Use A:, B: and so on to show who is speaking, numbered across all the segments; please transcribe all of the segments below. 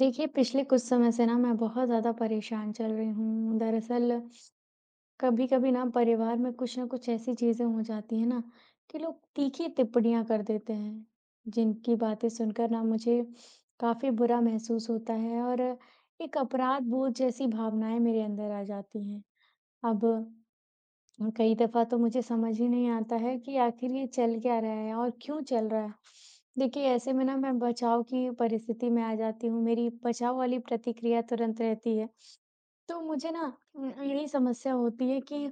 A: देखिए, पिछले कुछ समय से ना मैं बहुत ज़्यादा परेशान चल रही हूँ। दरअसल, कभी-कभी ना परिवार में कुछ न कुछ ऐसी चीज़ें हो जाती हैं ना कि लोग तीखी टिप्पणियाँ कर देते हैं, जिनकी बातें सुनकर ना मुझे काफ़ी बुरा महसूस होता है और एक अपराध बोध जैसी भावनाएँ मेरे अंदर आ जाती हैं। अब और कई दफ़ा तो मुझे समझ ही नहीं आता है कि आखिर ये चल क्या रहा है और क्यों चल रहा है। देखिए, ऐसे में ना मैं बचाव की परिस्थिति में आ जाती हूँ, मेरी बचाव वाली प्रतिक्रिया तुरंत रहती है। तो मुझे ना यही समस्या होती है कि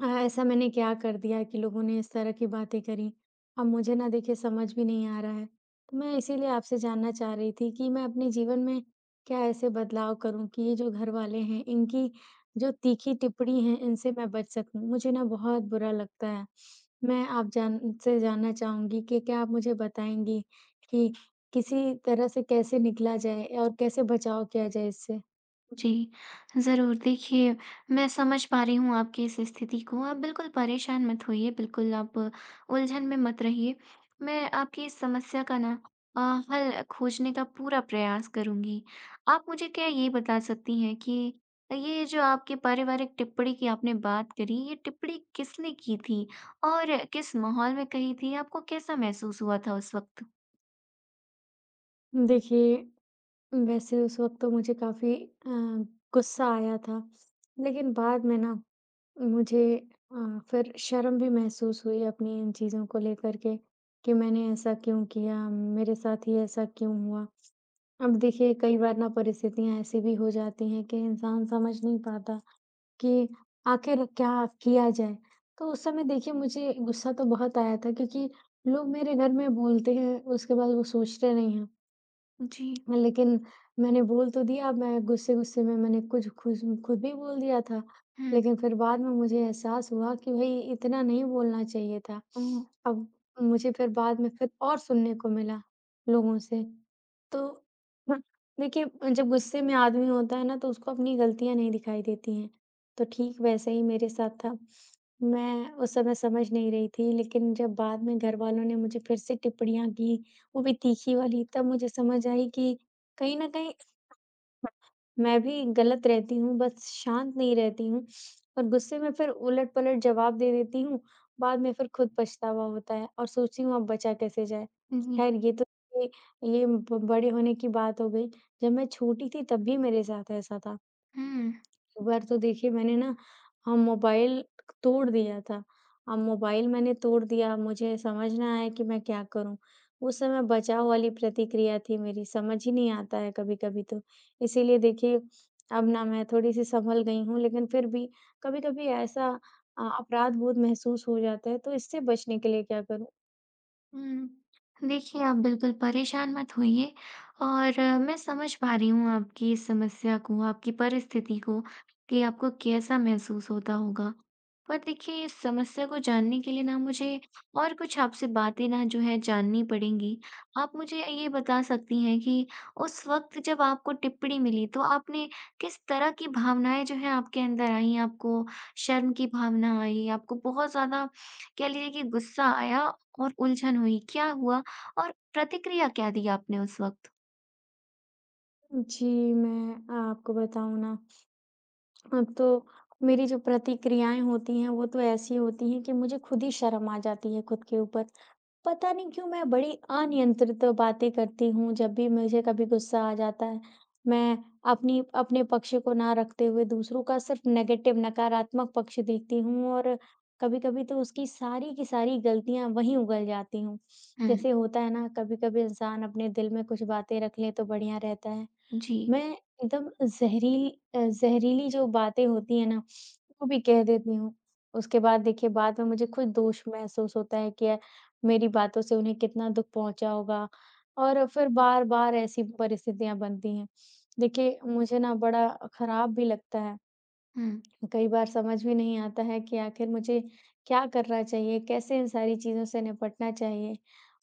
A: हाँ, ऐसा मैंने क्या कर दिया कि लोगों ने इस तरह की बातें करी। अब मुझे ना देखिए समझ भी नहीं आ रहा है। तो मैं इसीलिए आपसे जानना चाह रही थी कि मैं अपने जीवन में क्या ऐसे बदलाव करूँ कि ये जो घरवाले हैं, इनकी जो तीखी टिप्पणी है, इनसे मैं बच सकूँ। मुझे ना बहुत बुरा लगता है। मैं आप जान से जानना चाहूँगी कि क्या आप मुझे बताएँगी कि किसी तरह से कैसे निकला जाए और कैसे बचाव किया जाए इससे?
B: जी, ज़रूर। देखिए, मैं समझ पा रही हूँ आपकी इस स्थिति को। आप बिल्कुल परेशान मत होइए, बिल्कुल आप उलझन में मत रहिए। मैं आपकी इस समस्या का ना अ, हल खोजने का पूरा प्रयास करूँगी। आप मुझे क्या ये बता सकती हैं कि ये जो आपके पारिवारिक टिप्पणी की आपने बात करी, ये टिप्पणी किसने की थी और किस माहौल में कही थी? आपको कैसा महसूस हुआ था उस वक्त?
A: देखिए वैसे उस वक़्त तो मुझे काफ़ी अ, गुस्सा आया था, लेकिन बाद में ना मुझे अ, फिर शर्म भी महसूस हुई अपनी इन चीज़ों को लेकर के कि मैंने ऐसा क्यों किया? मेरे साथ ही ऐसा क्यों हुआ? अब देखिए कई बार ना परिस्थितियाँ ऐसी भी हो जाती हैं कि इंसान समझ नहीं पाता कि आखिर क्या किया जाए? तो उस समय देखिए मुझे गुस्सा तो बहुत आया था क्योंकि लोग मेरे घर में बोलते हैं, उसके बाद वो सोचते नहीं हैं।
B: जी।
A: लेकिन मैंने बोल तो दिया, मैं गुस्से-गुस्से में मैंने कुछ खुश खुद भी बोल दिया था।
B: हुँ।
A: लेकिन फिर बाद में मुझे एहसास हुआ कि भई इतना नहीं बोलना चाहिए था।
B: ओह!
A: अब मुझे फिर बाद में फिर और सुनने को मिला लोगों से। तो हुँ, देखिए जब गुस्से में आदमी होता है ना तो उसको अपनी गलतियाँ नहीं दिखाई देती हैं। तो ठीक वैसे ही मेरे साथ था। मैं उस समय समझ नहीं रही थी लेकिन जब बाद में घरवालों ने मुझे फिर से टिप्पणियाँ की, वो भी तीखी वाली, तब मुझे समझ आई कि कहीं न कहीं हाँ, मैं भी गलत रहती हूँ, बस शांत नहीं रहती हूँ और गुस्से में फिर उलट-पलट जवाब दे देती हूँ, बाद में फिर खुद पछतावा होता है और सोचती हूँ अब बचा कैसे जाए।
B: जी।
A: ख़ैर ये तो ये ये ब बड़े होने की बात हो गई, जब मैं छोटी थी तब भी मेरे साथ ऐसा था।
B: हुँ।
A: एक बार तो देखिए मैंने ना मोबाइल तोड़ दिया था। अब मोबाइल मैंने तोड़ दिया, मुझे समझ ना आया कि मैं क्या करूँ? उस समय बचाव वाली प्रतिक्रिया थी मेरी, समझ ही नहीं आता है कभी-कभी तो। इसीलिए देखिए अब ना मैं थोड़ी-सी सँभल गई हूँ, लेकिन फिर भी कभी-कभी ऐसा अपराध-बोध महसूस हो जाता है, तो इससे बचने के लिए क्या करूँ?
B: हुँ। देखिए, आप बिल्कुल परेशान मत होइए और मैं समझ पा रही हूँ आपकी इस समस्या को, आपकी परिस्थिति को कि आपको कैसा महसूस होता होगा। पर देखिए, इस समस्या को जानने के लिए ना मुझे और कुछ आपसे बातें ना जो है जाननी पड़ेंगी। आप मुझे ये बता सकती हैं कि उस वक़्त जब आपको टिप्पणी मिली, तो आपने किस तरह की भावनाएँ जो हैं आपके अंदर आईं? आपको शर्म की भावना आई? आपको बहुत ज़्यादा कह लीजिए कि गुस्सा आया और उलझन हुई, क्या हुआ और प्रतिक्रिया क्या दी आपने उस वक़्त?
A: जी, मैं आपको बताऊँ ना अब तो मेरी जो प्रतिक्रियाएँ होती हैं, वो तो ऐसी होती हैं कि मुझे खुद ही शर्म आ जाती है खुद के ऊपर। पता नहीं क्यों मैं बड़ी अनियंत्रित बातें करती हूँ जब भी मुझे कभी गुस्सा आ जाता है। मैं अपनी अपने पक्ष को ना रखते हुए दूसरों का सिर्फ़ नेगेटिव नकारात्मक पक्ष देखती हूँ और कभी-कभी तो उसकी सारी की सारी गलतियाँ वहीं उगल जाती हूँ।
B: हुँ।
A: जैसे होता है ना, कभी-कभी इंसान अपने दिल में कुछ बातें रख ले तो बढ़िया रहता है।
B: जी।
A: मैं एकदम ज़हरीली जो बातें होती हैं ना, वो भी कह देती हूँ। उसके बाद देखिए बाद में मुझे खुद दोष महसूस होता है कि मेरी बातों से उन्हें कितना दुःख पहुँचा होगा और फिर बार-बार ऐसी परिस्थितियाँ बनती हैं। देखिए मुझे ना बड़ा खराब भी लगता है।
B: हुँ,
A: कई बार समझ भी नहीं आता है कि आखिर मुझे क्या करना चाहिए, कैसे इन सारी चीज़ों से निपटना चाहिए।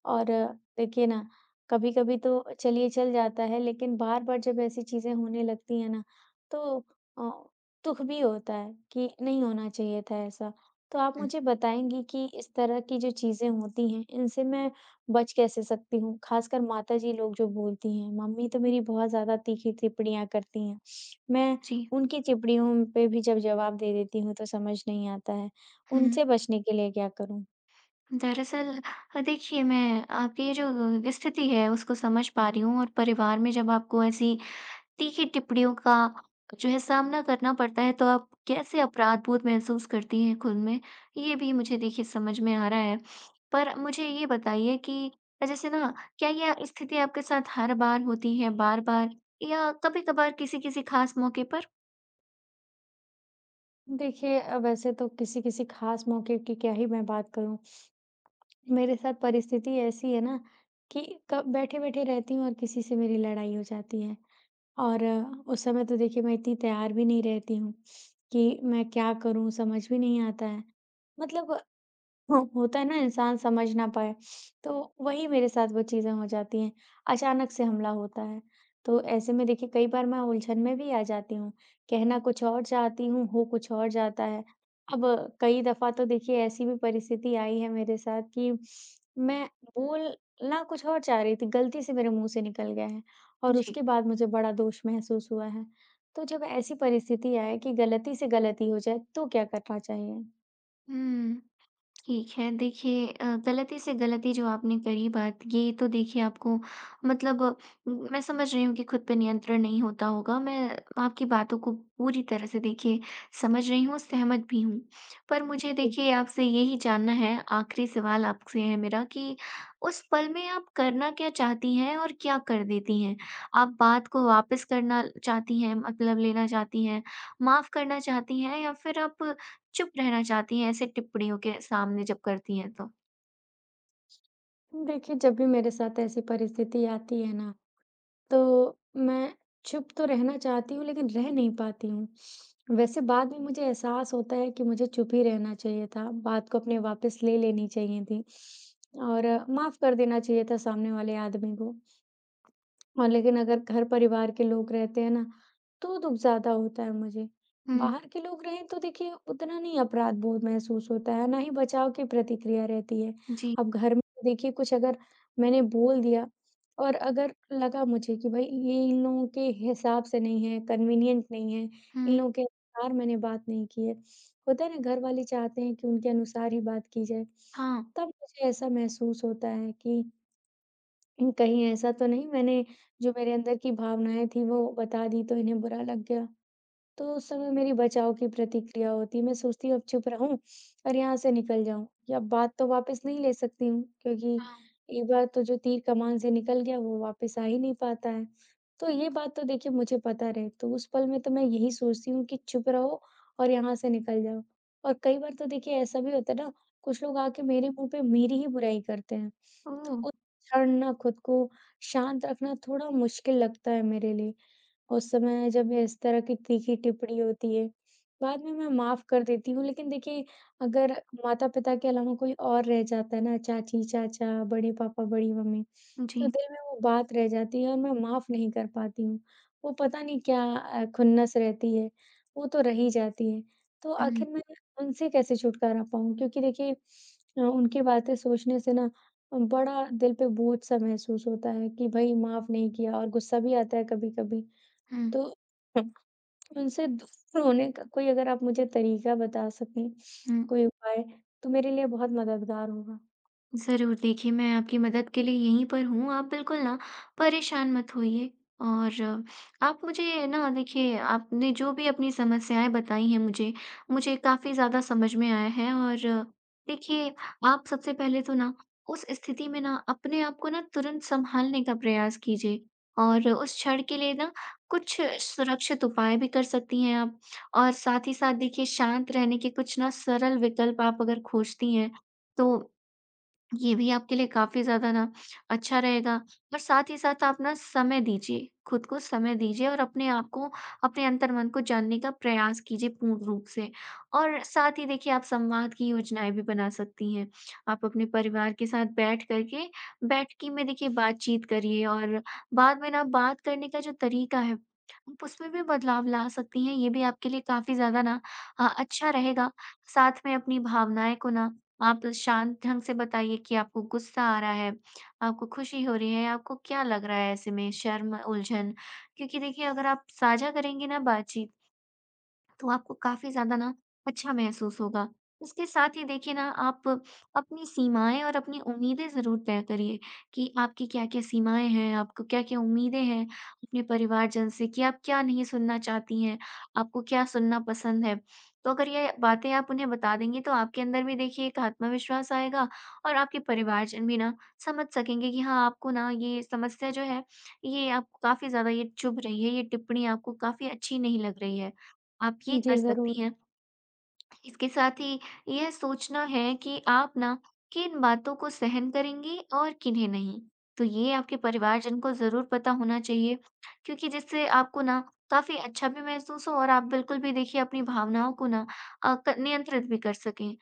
A: और देखिए ना, कभी-कभी तो चलिए चल जाता है, लेकिन बार-बार जब ऐसी चीज़ें होने लगती हैं ना, तो अ, दुःख भी होता है कि नहीं होना चाहिए था ऐसा। तो आप
B: हुँ।
A: मुझे बताएँगी कि इस तरह की जो चीज़ें होती हैं, इनसे मैं बच कैसे सकती हूँ? ख़ासकर माताजी लोग जो बोलती हैं, मम्मी तो
B: हुँ,
A: मेरी बहुत ज़्यादा तीखी टिप्पणियाँ करती हैं। मैं
B: जी।
A: उनकी चिपड़ियों पे भी जब जवाब दे देती हूँ तो समझ नहीं आता है।
B: हुँ।
A: उनसे बचने के लिए क्या करूँ?
B: दरअसल देखिए मैं आपकी ये जो स्थिति है उसको समझ पा रही हूँ और परिवार में जब आपको ऐसी तीखी टिप्पणियों का जो है सामना करना पड़ता है, तो आप कैसे अपराधबोध महसूस करती हैं खुद में? ये भी मुझे देखिए समझ में आ रहा है। पर मुझे ये बताइए कि जैसे ना क्या यह स्थिति आपके साथ हर बार होती है, बार-बार या कभी-कभार किसी-किसी खास मौके पर?
A: देखिए, वैसे तो किसी-किसी ख़ास मौके की क्या ही मैं बात करूँ। मेरे साथ परिस्थिति ऐसी है ना कि कब बैठे-बैठे रहती हूँ और किसी से मेरी लड़ाई हो जाती है। और उस समय तो देखिए मैं इतनी तैयार भी नहीं रहती हूँ कि मैं क्या करूँ समझ भी नहीं आता है। मतलब हो होता है ना इंसान समझ ना पाए, तो वही मेरे साथ वो चीज़ें हो जाती हैं, अचानक से हमला होता है। तो ऐसे में देखिए कई बार मैं उलझन में भी आ जाती हूँ, कहना कुछ और चाहती हूँ, हो कुछ और जाता है। अब कई दफ़ा तो देखिए ऐसी भी परिस्थिति आई है मेरे साथ कि मैं बोलना कुछ और चाह रही थी, गलती से मेरे मुँह से निकल गया है और
B: जी।
A: उसके बाद मुझे बड़ा दोष महसूस हुआ है। तो जब ऐसी परिस्थिति आए कि गलती से गलती हो जाए, तो क्या करना चाहिए?
B: हुँ। ठीक है। देखिए गलती से गलती जो आपने करी बात ये तो देखिए आपको मतलब मैं समझ रही हूँ कि खुद पे नियंत्रण नहीं होता होगा। मैं आपकी बातों को पूरी तरह से देखिए समझ रही हूँ, सहमत भी हूँ। पर मुझे देखिए आपसे यही जानना है, आखिरी सवाल आपसे है मेरा कि उस पल में आप करना क्या चाहती हैं और क्या कर देती हैं? आप बात को वापस करना चाहती हैं मतलब लेना चाहती हैं, माफ़ करना चाहती हैं या फिर आप चुप रहना चाहती हैं ऐसे टिप्पणियों के सामने जब करती हैं तो?
A: देखिए, जब भी मेरे साथ ऐसी परिस्थिति आती है ना, तो मैं चुप तो रहना चाहती हूँ लेकिन रह नहीं पाती हूँ। वैसे बाद में मुझे एहसास होता है कि मुझे चुप ही रहना चाहिए था, बात को अपने वापस ले लेनी चाहिए थी और माफ़ कर देना चाहिए था सामने वाले आदमी को। हाँ, लेकिन अगर घर परिवार के लोग रहते हैं ना, तो दुःख ज़्यादा होता है मुझे।
B: हुँ,
A: बाहर के लोग रहें तो देखिए उतना नहीं अपराध बोध महसूस होता है, ना ही बचाव की प्रतिक्रिया रहती है।
B: जी,
A: अब घर में तो देखिए कुछ अगर मैंने बोल दिया और अगर लगा मुझे कि भई ये इन लोगों के हिसाब से नहीं है, कन्वीनिएंट नहीं है, इन
B: हुँ,
A: लोगों के अनुसार मैंने बात नहीं की है। होता है ना घर वाले चाहते हैं कि उनके अनुसार ही बात की जाए,
B: हाँ,
A: तब मुझे ऐसा महसूस होता है कि कहीं ऐसा तो नहीं मैंने जो मेरे अंदर की भावनाएँ थी वो बता दी तो इन्हें बुरा लग गया। तो उस समय मेरी बचाव की प्रतिक्रिया होती है, मैं सोचती हूँ अब चुप रहूँ और यहाँ से निकल जाऊँ या बात तो वापस नहीं ले सकती हूँ क्योंकि
B: हाँ।
A: एक बार तो जो तीर कमान से निकल गया वो वापस आ ही नहीं पाता है। तो ये बात तो देखिए मुझे पता रहे, तो उस पल में तो मैं यही सोचती हूँ कि चुप रहो और यहाँ से निकल जाओ। और कई बार तो देखिए ऐसा भी होता है ना, कुछ लोग आके मेरे मुँह पे मेरी ही बुराई करते हैं। तो
B: ओह!
A: खुद छड़ना खुद को शांत रखना थोड़ा मुश्किल लगता है मेरे लिए। उस समय जब इस तरह की तीखी टिप्पणी होती है, बाद में मैं माफ़ कर देती हूँ। लेकिन देखिए, अगर माता-पिता के अलावा कोई और रह जाता है ना, चाची-चाचा, बड़े पापा, बड़ी मम्मी, तो
B: जी,
A: दिल में वो बात रह जाती है और मैं माफ़ नहीं कर पाती हूँ। वो पता नहीं क्या खुन्नस रहती है, वो तो रह ही जाती है। तो
B: हुँ,
A: आखिर मैं उनसे कैसे छुटकारा पाऊँ? क्योंकि देखिए उनकी बातें सोचने से ना बड़ा दिल पे बोझ-सा महसूस होता है कि भई माफ़ नहीं किया और गुस्सा भी आता है कभी-कभी।
B: हुँ,
A: तो उनसे दूर होने का कोई अगर आप मुझे तरीका बता सकें,
B: हुँ।
A: कोई उपाय, तो मेरे लिए बहुत मददगार होगा।
B: ज़रूर, देखिए मैं आपकी मदद के लिए यहीं पर हूँ, आप बिल्कुल ना परेशान मत होइए और आप मुझे ना देखिए आपने जो भी अपनी समस्याएँ बताई हैं मुझे, मुझे काफ़ी ज़्यादा समझ में आया है और देखिए, आप सबसे पहले तो ना उस स्थिति में ना अपने आप को ना तुरंत सँभालने का प्रयास कीजिए और उस क्षण के लिए ना कुछ सुरक्षित उपाय भी कर सकती हैं आप और साथ ही साथ देखिए शांत रहने के कुछ ना सरल विकल्प आप अगर खोजती हैं, तो ये भी आपके लिए काफ़ी ज़्यादा ना अच्छा रहेगा और साथ ही साथ आप ना समय दीजिए, खुद को समय दीजिए और अपने आप को, अपने अंतर्मन को जानने का प्रयास कीजिए पूर्ण रूप से। और साथ ही देखिए आप संवाद की योजनाएँ भी बना सकती हैं। आप अपने परिवार के साथ बैठ कर के बैठकी में देखिए बातचीत करिए और बाद में ना बात करने का जो तरीका है, आप उसमें भी बदलाव ला सकती हैं। ये भी आपके लिए काफ़ी ज़्यादा ना अच्छा रहेगा। साथ में अपनी भावनाएँ को ना आप शांत ढंग से बताइए कि आपको गुस्सा आ रहा है, आपको खुशी हो रही है, आपको क्या लग रहा है ऐसे में शर्म, उलझन? क्योंकि देखिए अगर आप साझा करेंगे ना बातचीत तो आपको काफ़ी ज़्यादा ना अच्छा महसूस होगा। उसके साथ ही देखिए ना आप अपनी सीमाएँ और अपनी उम्मीदें ज़रूर तय करिए कि आपकी क्या-क्या सीमाएँ हैं, आपको क्या-क्या उम्मीदें हैं अपने परिवारजन से कि आप क्या नहीं सुनना चाहती हैं, आपको क्या सुनना पसंद है। तो अगर ये बातें आप उन्हें बता देंगी तो आपके अंदर भी देखिए एक आत्मविश्वास आएगा और आपके परिवारजन भी ना समझ सकेंगे कि हाँ, आपको ना ये समस्या जो है, ये आपको काफ़ी ज़्यादा ये चुभ रही है, ये टिप्पणी आपको काफ़ी अच्छी नहीं लग रही है। आप ये कर
A: जी, ज़रूर।
B: सकती हैं। इसके साथ ही यह सोचना है कि आप ना किन बातों को सहन करेंगी और किन्हें नहीं। तो ये आपके परिवारजन को ज़रूर पता होना चाहिए क्योंकि जिससे आपको ना काफ़ी अच्छा भी महसूस हो और आप बिल्कुल भी देखिए अपनी भावनाओं को ना अ, क नियंत्रित भी कर सकें।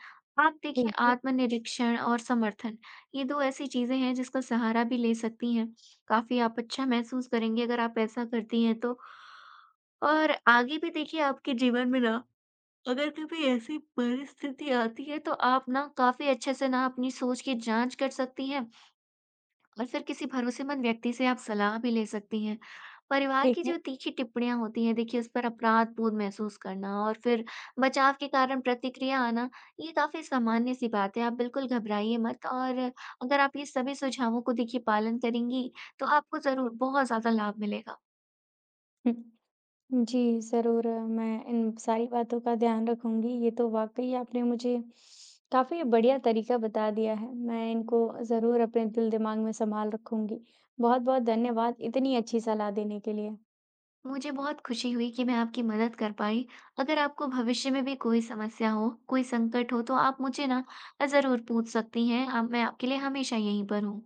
B: आप देखिए
A: ठीक है,
B: आत्मनिरीक्षण और समर्थन ये 2 ऐसी चीज़ें हैं जिसका सहारा भी ले सकती हैं। काफ़ी आप अच्छा महसूस करेंगी अगर आप ऐसा करती हैं तो। और आगे भी देखिए आपके जीवन में ना अगर कभी ऐसी परिस्थिति आती है तो आप ना काफ़ी अच्छे से ना अपनी सोच की जाँच कर सकती हैं और फिर किसी भरोसेमंद व्यक्ति से आप सलाह भी ले सकती हैं। परिवार
A: ठीक
B: की जो
A: है।
B: तीखी टिप्पणियाँ होती हैं देखिए उस पर अपराध-बोध महसूस करना और फिर बचाव के कारण प्रतिक्रिया आना, ये काफ़ी सामान्य-सी बात है। आप बिल्कुल घबराइए मत और अगर आप ये सभी सुझावों को देखिए पालन करेंगी, तो आपको ज़रूर बहुत ज़्यादा लाभ मिलेगा।
A: हुँ। जी, ज़रूर मैं इन सारी बातों का ध्यान रखूँगी। ये तो वाक़ई आपने मुझे काफ़ी बढ़िया तरीका बता दिया है। मैं इनको ज़रूर अपने दिल-दिमाग में सँभाल रखूँगी। बहुत-बहुत धन्यवाद इतनी अच्छी सलाह देने के लिए।
B: मुझे बहुत खुशी हुई कि मैं आपकी मदद कर पाई। अगर आपको भविष्य में भी कोई समस्या हो, कोई संकट हो, तो आप मुझे ना ज़रूर पूछ सकती हैं। अब मैं आपके लिए हमेशा यहीं पर हूँ।